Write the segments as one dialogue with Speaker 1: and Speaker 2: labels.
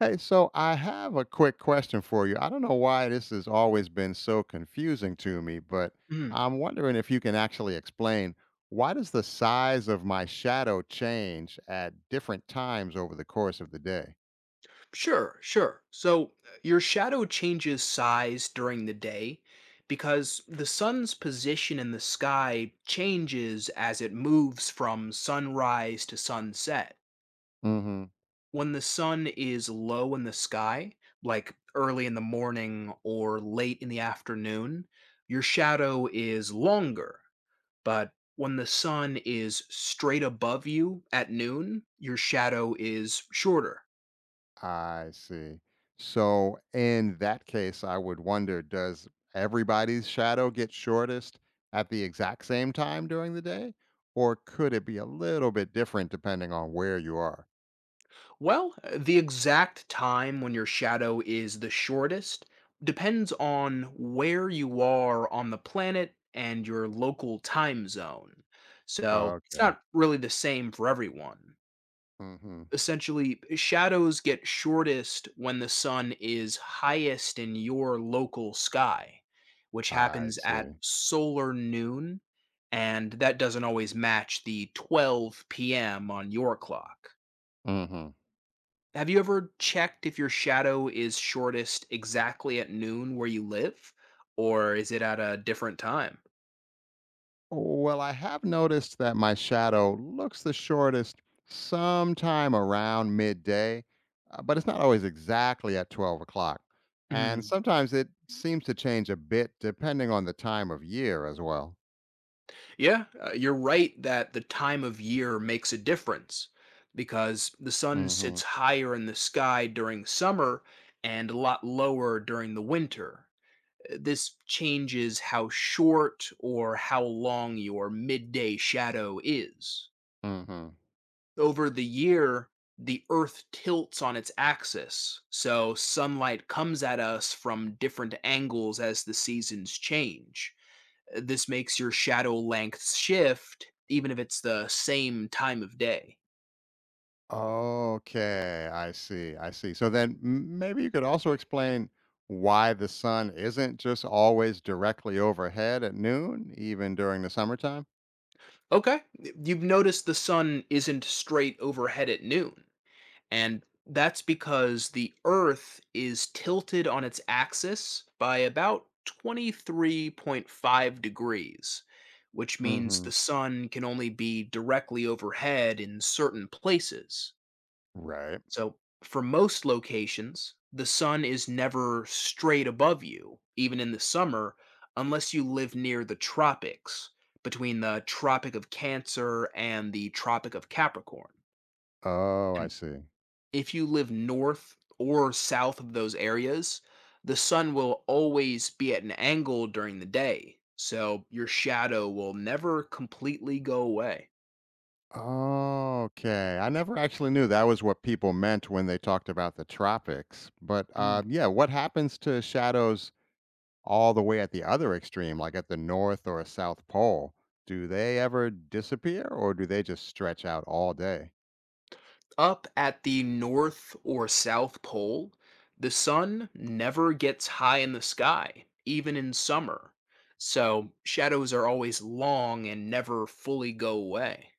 Speaker 1: Hey, so I have a quick question for you. I don't know why this has always been so confusing to me, but
Speaker 2: Mhm.
Speaker 1: I'm wondering if you can actually explain why does the size of my shadow change at different times over the course of the day?
Speaker 2: Sure, sure. So your shadow changes size during the day because the sun's position in the sky changes as it moves from sunrise to sunset.
Speaker 1: Hmm.
Speaker 2: When the sun is low in the sky, like early in the morning or late in the afternoon, your shadow is longer. But when the sun is straight above you at noon, your shadow is shorter.
Speaker 1: I see. So in that case, I would wonder, does everybody's shadow get shortest at the exact same time during the day? Or could it be a little bit different depending on where you are?
Speaker 2: Well, the exact time when your shadow is the shortest depends on where you are on the planet and your local time zone. So it's
Speaker 1: Okay.
Speaker 2: not really the same for everyone.
Speaker 1: Hmm.
Speaker 2: Essentially, shadows get shortest when the sun is highest in your local sky, which
Speaker 1: I
Speaker 2: happens at
Speaker 1: see.
Speaker 2: solar noon, and that doesn't always match the 12 p.m. on your clock.
Speaker 1: Hmm.
Speaker 2: Have you ever checked if your shadow is shortest exactly at noon where you live, or is it at a different time?
Speaker 1: Well, I have noticed that my shadow looks the shortest sometime around midday, but it's not always exactly at 12 o'clock. And
Speaker 2: Mm.
Speaker 1: sometimes it seems to change a bit depending on the time of year as well.
Speaker 2: Yeah, you're right that the time of year makes a difference because the sun
Speaker 1: Hmm.
Speaker 2: sits higher in the sky during summer and a lot lower during the winter. This changes how short or how long your midday shadow is.
Speaker 1: Hmm.
Speaker 2: Over the year, the Earth tilts on its axis. So sunlight comes at us from different angles as the seasons change. This makes your shadow lengths shift, even if it's the same time of day.
Speaker 1: Okay, I see. I see. So then maybe you could also explain why the sun isn't just always directly overhead at noon, even during the summertime.
Speaker 2: Okay. You've noticed the sun isn't straight overhead at noon. And that's because the Earth is tilted on its axis by about 23.5 degrees, which means
Speaker 1: Hmm.
Speaker 2: the sun can only be directly overhead in certain places.
Speaker 1: Right.
Speaker 2: So, for most locations, the sun is never straight above you, even in the summer, unless you live near the tropics, between the Tropic of Cancer and the Tropic of Capricorn.
Speaker 1: Oh, I see.
Speaker 2: If you live north or south of those areas, the sun will always be at an angle during the day, so your shadow will never completely go away.
Speaker 1: Okay. I never actually knew that was what people meant when they talked about the tropics. But
Speaker 2: Mm.
Speaker 1: yeah, what happens to shadows all the way at the other extreme, like at the North or South Pole? Do they ever disappear or do they just stretch out all day?
Speaker 2: Up at the north or south pole, the sun never gets high in the sky, even in summer, so shadows are always long and never fully go away.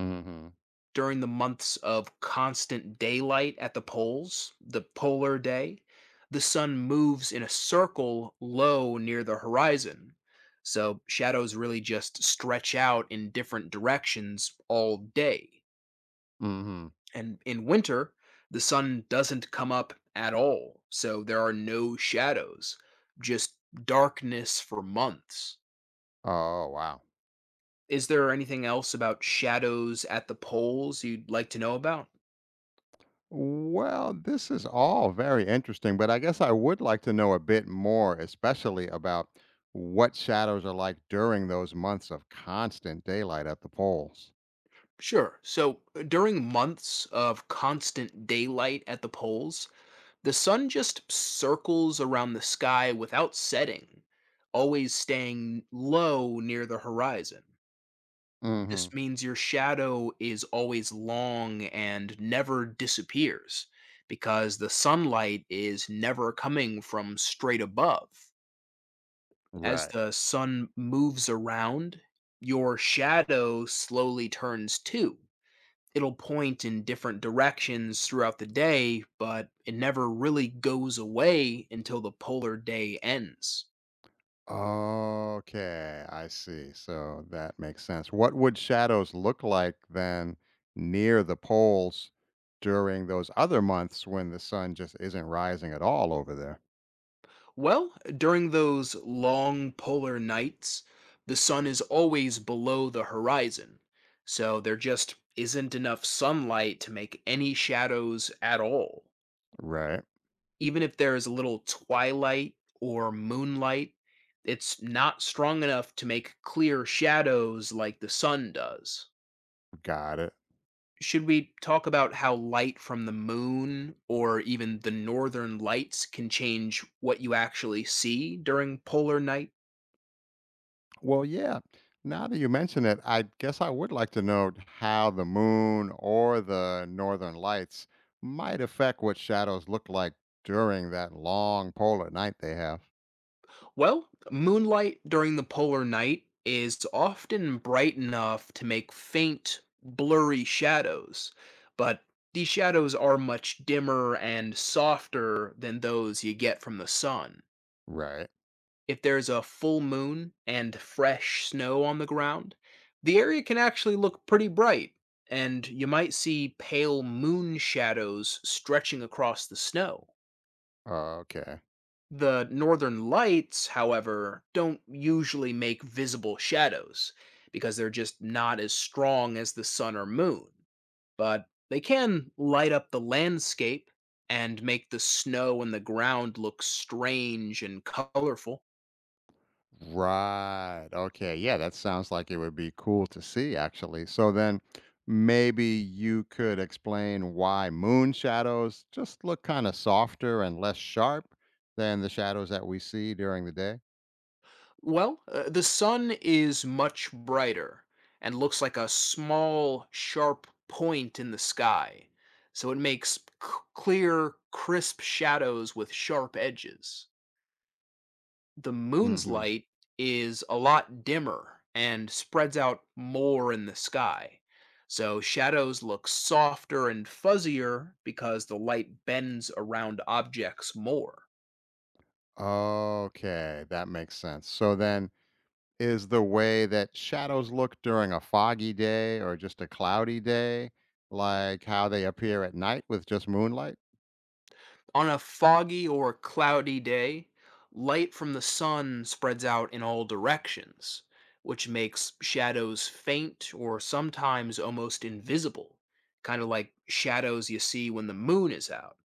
Speaker 1: Mm hmm
Speaker 2: During the months of constant daylight at the poles, the polar day, the sun moves in a circle low near the horizon. So shadows really just stretch out in different directions all day.
Speaker 1: Mm hmm
Speaker 2: And in winter, the sun doesn't come up at all. So there are no shadows, just darkness for months.
Speaker 1: Oh, wow.
Speaker 2: Is there anything else about shadows at the poles you'd like to know about?
Speaker 1: Well, this is all very interesting, but I guess I would like to know a bit more, especially about what shadows are like during those months of constant daylight at the poles.
Speaker 2: Sure. So during months of constant daylight at the poles, the sun just circles around the sky without setting, always staying low near the horizon.
Speaker 1: Hmm.
Speaker 2: This means your shadow is always long and never disappears because the sunlight is never coming from straight above. As
Speaker 1: Right.
Speaker 2: the sun moves around, your shadow slowly turns too. It'll point in different directions throughout the day, but it never really goes away until the polar day ends.
Speaker 1: Okay, I see. So that makes sense. What would shadows look like then near the poles during those other months when the sun just isn't rising at all over there?
Speaker 2: Well, during those long polar nights, the sun is always below the horizon, so there just isn't enough sunlight to make any shadows at all.
Speaker 1: Right.
Speaker 2: Even if there is a little twilight or moonlight, it's not strong enough to make clear shadows like the sun does.
Speaker 1: Got it.
Speaker 2: Should we talk about how light from the moon or even the northern lights can change what you actually see during polar night?
Speaker 1: Well, yeah. Now that you mention it, I guess I would like to know how the moon or the northern lights might affect what shadows look like during that long polar night they have.
Speaker 2: Well, moonlight during the polar night is often bright enough to make faint, blurry shadows, but these shadows are much dimmer and softer than those you get from the sun.
Speaker 1: Right.
Speaker 2: If there's a full moon and fresh snow on the ground, the area can actually look pretty bright, and you might see pale moon shadows stretching across the snow.
Speaker 1: Okay.
Speaker 2: The northern lights, however, don't usually make visible shadows because they're just not as strong as the sun or moon, but they can light up the landscape and make the snow and the ground look strange and colorful.
Speaker 1: Right. Okay. Yeah, that sounds like it would be cool to see, actually. So then maybe you could explain why moon shadows just look kind of softer and less sharp than the shadows that we see during the
Speaker 2: Well, the sun is much brighter and looks like a small, sharp point in the sky, so it makes clear, crisp shadows with sharp edges. The
Speaker 1: day.
Speaker 2: moon's light is a lot dimmer and spreads out more in the sky, so shadows look softer and fuzzier because the light bends around objects more.
Speaker 1: Okay, that makes sense. So then, is the way that shadows look during a foggy day or just a cloudy day like how they appear at night with just moonlight?
Speaker 2: On a foggy or cloudy day, light from the sun spreads out in all directions, which makes shadows faint or sometimes almost invisible, kind of like shadows you see when the moon is out.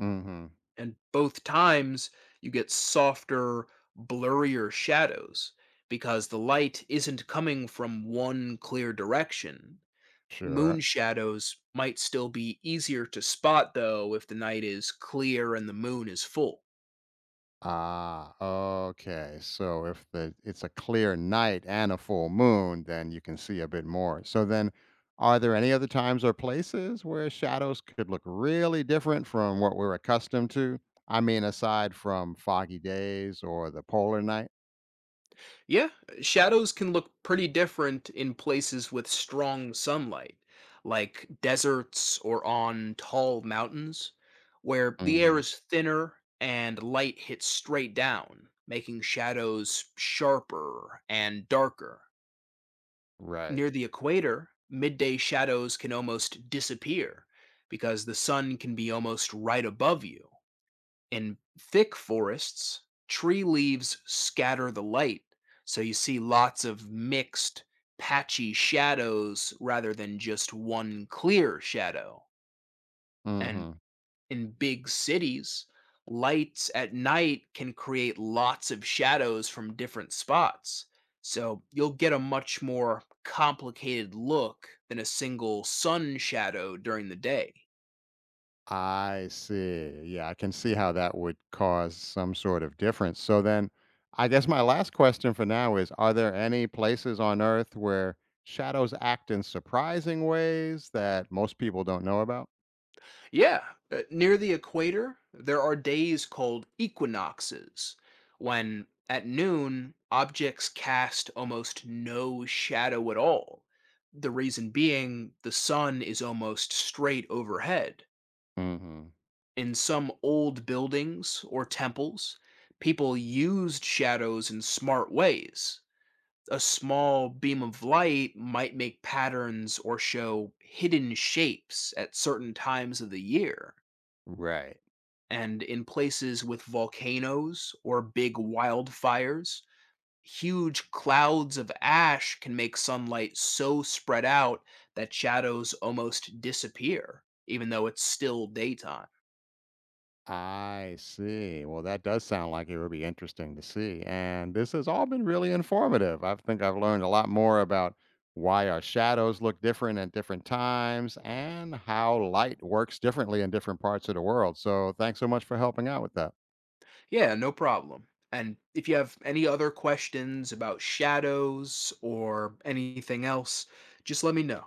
Speaker 1: Mm-hmm.
Speaker 2: And both times you get softer, blurrier shadows because the light isn't coming from one clear direction.
Speaker 1: Sure.
Speaker 2: Moon shadows might still be easier to spot though if the night is clear and the moon is full.
Speaker 1: Ah, okay. So if the it's a clear night and a full moon, then you can see a bit more. So then, are there any other times or places where shadows could look really different from what we're accustomed to? I mean, aside from foggy days or the polar night?
Speaker 2: Yeah, shadows can look pretty different in places with strong sunlight, like deserts or on tall mountains, where the air
Speaker 1: Mhm.
Speaker 2: is thinner and light hits straight down, making shadows sharper and darker.
Speaker 1: Right.
Speaker 2: Near the equator, midday shadows can almost disappear because the sun can be almost right above you. In thick forests, tree leaves scatter the light, so you see lots of mixed, patchy shadows rather than just one clear shadow. And
Speaker 1: Mhm.
Speaker 2: in big cities, lights at night can create lots of shadows from different spots. So you'll get a much more complicated look than a single sun shadow during the day.
Speaker 1: I see. Yeah, I can see how that would cause some sort of difference. So then, I guess my last question for now is: are there any places on Earth where shadows act in surprising ways that most people don't know about?
Speaker 2: Yeah, near the equator, there are days called equinoxes, when at noon objects cast almost no shadow at all. The reason being, the sun is almost straight overhead.
Speaker 1: Mhm.
Speaker 2: In some old buildings or temples, people used shadows in smart ways. A small beam of light might make patterns or show hidden shapes at certain times of the year.
Speaker 1: Right.
Speaker 2: And in places with volcanoes or big wildfires, huge clouds of ash can make sunlight so spread out that shadows almost disappear, even though it's still daytime.
Speaker 1: I see. Well, that does sound like it would be interesting to see. And this has all been really informative. I think I've learned a lot more about why our shadows look different at different times and how light works differently in different parts of the world. So, thanks so much for helping out with that.
Speaker 2: Yeah, no problem. And if you have any other questions about shadows or anything else, just let me know.